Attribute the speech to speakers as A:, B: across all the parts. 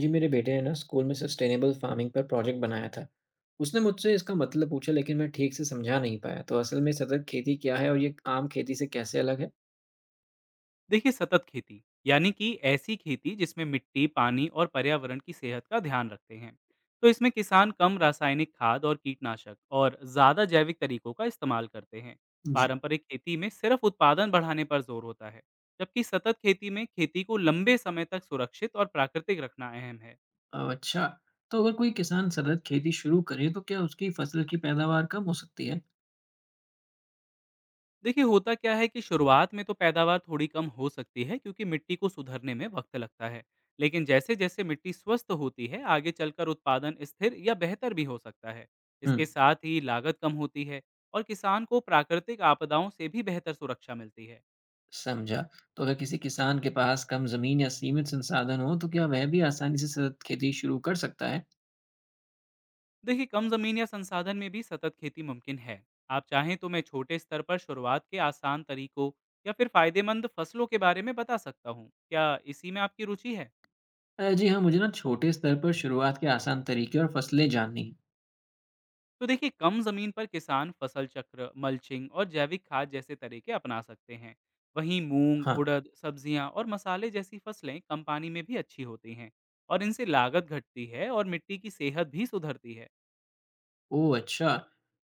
A: जी, मेरे बेटे ने ना स्कूल में सस्टेनेबल फार्मिंग पर प्रोजेक्ट बनाया था। उसने मुझसे इसका मतलब पूछा लेकिन मैं ठीक से समझा नहीं पाया। तो असल में सतत खेती क्या है और ये आम खेती से कैसे अलग है?
B: देखिए, सतत खेती यानी कि ऐसी खेती जिसमें मिट्टी, पानी और पर्यावरण की सेहत का ध्यान रखते हैं। तो इसमें किसान कम रासायनिक खाद और कीटनाशक और ज़्यादा जैविक तरीकों का इस्तेमाल करते हैं।
A: जी।
B: पारंपरिक खेती में सिर्फ उत्पादन बढ़ाने पर जोर होता है, जबकि सतत खेती में खेती को लंबे समय तक सुरक्षित और प्राकृतिक रखना अहम है।
A: अच्छा। तो अगर कोई किसान सतत खेती शुरू करे तो क्या उसकी फसल की पैदावार कम हो सकती है?
B: देखिए, होता क्या है कि शुरुआत में तो पैदावार थोड़ी कम हो सकती है, क्योंकि मिट्टी को सुधरने में वक्त लगता है। लेकिन जैसे जैसे मिट्टी स्वस्थ होती है, आगे चलकर उत्पादन स्थिर या बेहतर भी हो सकता है। इसके
A: हम्म।
B: साथ ही लागत कम होती है और किसान को प्राकृतिक आपदाओं से भी बेहतर सुरक्षा मिलती है।
A: समझा। तो अगर किसी किसान के पास कम जमीन या सीमित संसाधन हो तो क्या वह भी आसानी से सतत खेती शुरू कर सकता है?
B: देखिए, कम जमीन या संसाधन में भी सतत खेती मुमकिन है। आप चाहें तो मैं छोटे स्तर पर शुरुआत के आसान तरीकों या फिर फायदेमंद फसलों के बारे में बता सकता हूँ, क्या इसी में आपकी रुचि है?
A: जी हाँ, मुझे ना छोटे स्तर पर शुरुआत के आसान तरीके और फसलें जाननी है।
B: तो देखिए, कम जमीन पर किसान फसल चक्र, मल्चिंग और जैविक खाद जैसे तरीके अपना सकते हैं। वहीं मूंग,
A: हाँ।
B: उड़द, सब्जियां और मसाले जैसी फसलें कम पानी में भी अच्छी होती हैं। और इनसे लागत घटती है और मिट्टी की सेहत भी सुधरती है।
A: ओह! अच्छा।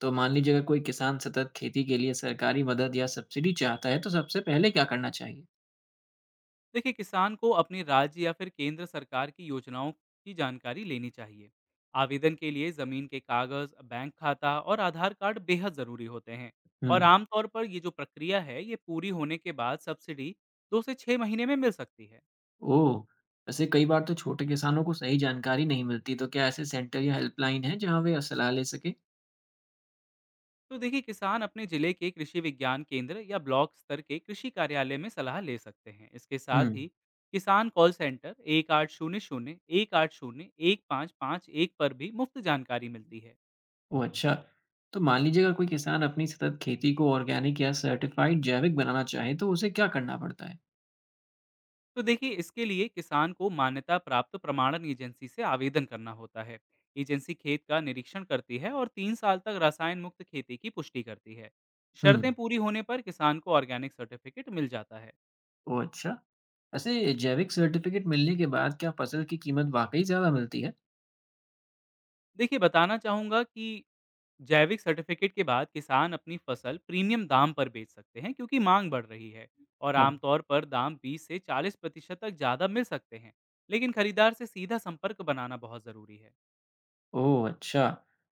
A: तो मान लीजिए अगर कोई किसान सतत खेती के लिए सरकारी मदद या सब्सिडी चाहता है, तो सबसे पहले क्या करना चाहिए?
B: देखिए, किसान को अपने राज्य या फिर केंद्र सरकार की योजनाओं की जानकारी लेनी चाहिए। आवेदन के लिए जमीन के कागज, बैंक खाता और आधार कार्ड बेहद जरूरी होते हैं।
A: हुँ।
B: और आमतौर पर ये जो प्रक्रिया है, ये पूरी होने के बाद सब्सिडी 2 से 6 महीने में मिल सकती है।
A: ओह! वैसे कई बार तो छोटे किसानों को सही जानकारी नहीं मिलती, तो क्या ऐसे सेंटर या हेल्पलाइन हैं, जहाँ वे सलाह ले सकें?
B: तो देखिए, किसान अपने जिले के कृषि विज्ञान केंद्र या ब्लॉक स्तर के कृषि कार्यालय में सलाह ले सकते हैं। इसके
A: हुँ।
B: साथ ही किसान कॉल सेंटर 1800-180-1551 पर भी मुफ्त जानकारी मिलती है।
A: ओह! अच्छा। तो मान लीजिए अगर कोई किसान अपनी सतत खेती को ऑर्गेनिक या सर्टिफ़ाइड जैविक बनाना चाहे, तो उसे क्या करना पड़ता है?
B: तो देखिए, इसके लिए किसान को मान्यता प्राप्त प्रमाणन एजेंसी से आवेदन करना होता है। एजेंसी खेत का निरीक्षण करती है और 3 साल तक रसायन मुक्त खेती की पुष्टि करती है।
A: हुँ।
B: शर्तें पूरी होने पर किसान को ऑर्गेनिक सर्टिफिकेट मिल जाता है।
A: ओह! अच्छा। वैसे जैविक सर्टिफ़िकेट मिलने के बाद क्या फसल की कीमत वाक़ई ज़्यादा मिलती है?
B: देखिए, बताना चाहूंगा कि जैविक सर्टिफिकेट के बाद किसान अपनी फसल प्रीमियम दाम पर बेच सकते हैं, क्योंकि मांग बढ़ रही है। और
A: हाँ।
B: आमतौर पर दाम 20 से 40% तक ज़्यादा मिल सकते हैं। लेकिन खरीदार से सीधा संपर्क बनाना बहुत ज़रूरी है।
A: ओह! अच्छा।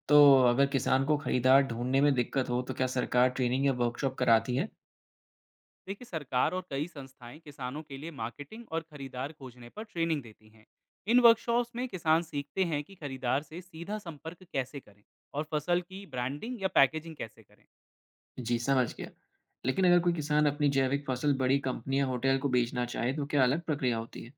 A: तो अगर किसान को खरीदार ढूँढने में दिक्कत हो, तो क्या सरकार ट्रेनिंग या वर्कशॉप कराती है?
B: देखिए, सरकार और कई संस्थाएं किसानों के लिए मार्केटिंग और खरीदार खोजने पर ट्रेनिंग देती हैं। इन वर्कशॉप्स में किसान सीखते हैं कि खरीदार से सीधा संपर्क कैसे करें और फसल की ब्रांडिंग या पैकेजिंग कैसे करें।
A: जी, समझ गया। लेकिन अगर कोई किसान अपनी जैविक फसल बड़ी कंपनी या होटल को बेचना चाहे, तो क्या अलग प्रक्रिया होती है?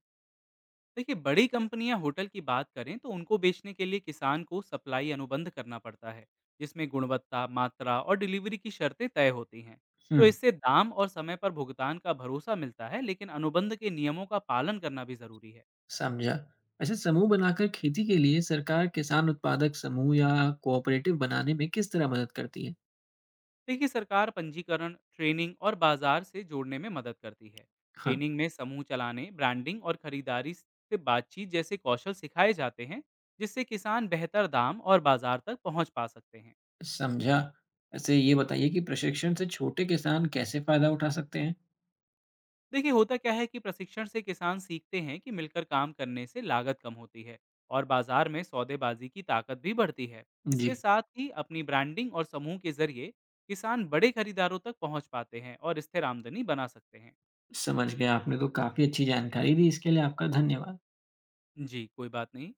B: देखिए, बड़ी कंपनियां, होटल की बात करें तो उनको बेचने के लिए किसान को सप्लाई अनुबंध करना पड़ता है, जिसमें गुणवत्ता, मात्रा और डिलीवरी की शर्तें तय होती हैं।
A: हुँ,
B: तो इससे दाम और समय पर भुगतान का भरोसा मिलता है, लेकिन अनुबंध के नियमों का पालन करना भी जरूरी है।
A: समझा। वैसे समूह बनाकर खेती के लिए सरकार किसान उत्पादक समूह या कोऑपरेटिव बनाने में किस तरह मदद करती है?
B: देखिए, सरकार पंजीकरण, ट्रेनिंग और बाजार से जोड़ने में मदद करती है।
A: हाँ,
B: ट्रेनिंग में समूह चलाने, ब्रांडिंग और खरीदारी से बातचीत जैसे कौशल सिखाए जाते हैं, जिससे किसान बेहतर दाम और बाजार तक पहुंच पा सकते हैं।
A: समझा। वैसे ये बताइए कि प्रशिक्षण से छोटे किसान कैसे फ़ायदा उठा सकते हैं?
B: देखिए, होता क्या है कि प्रशिक्षण से किसान सीखते हैं कि मिलकर काम करने से लागत कम होती है और बाजार में सौदेबाजी की ताकत भी बढ़ती है।
A: जी,
B: इसके साथ ही अपनी ब्रांडिंग और समूह के जरिए किसान बड़े खरीदारों तक पहुंच पाते हैं और स्थिर आमदनी बना सकते हैं।
A: समझ गया। आपने तो काफ़ी अच्छी जानकारी दी। इसके लिए आपका धन्यवाद।
B: जी, कोई बात नहीं।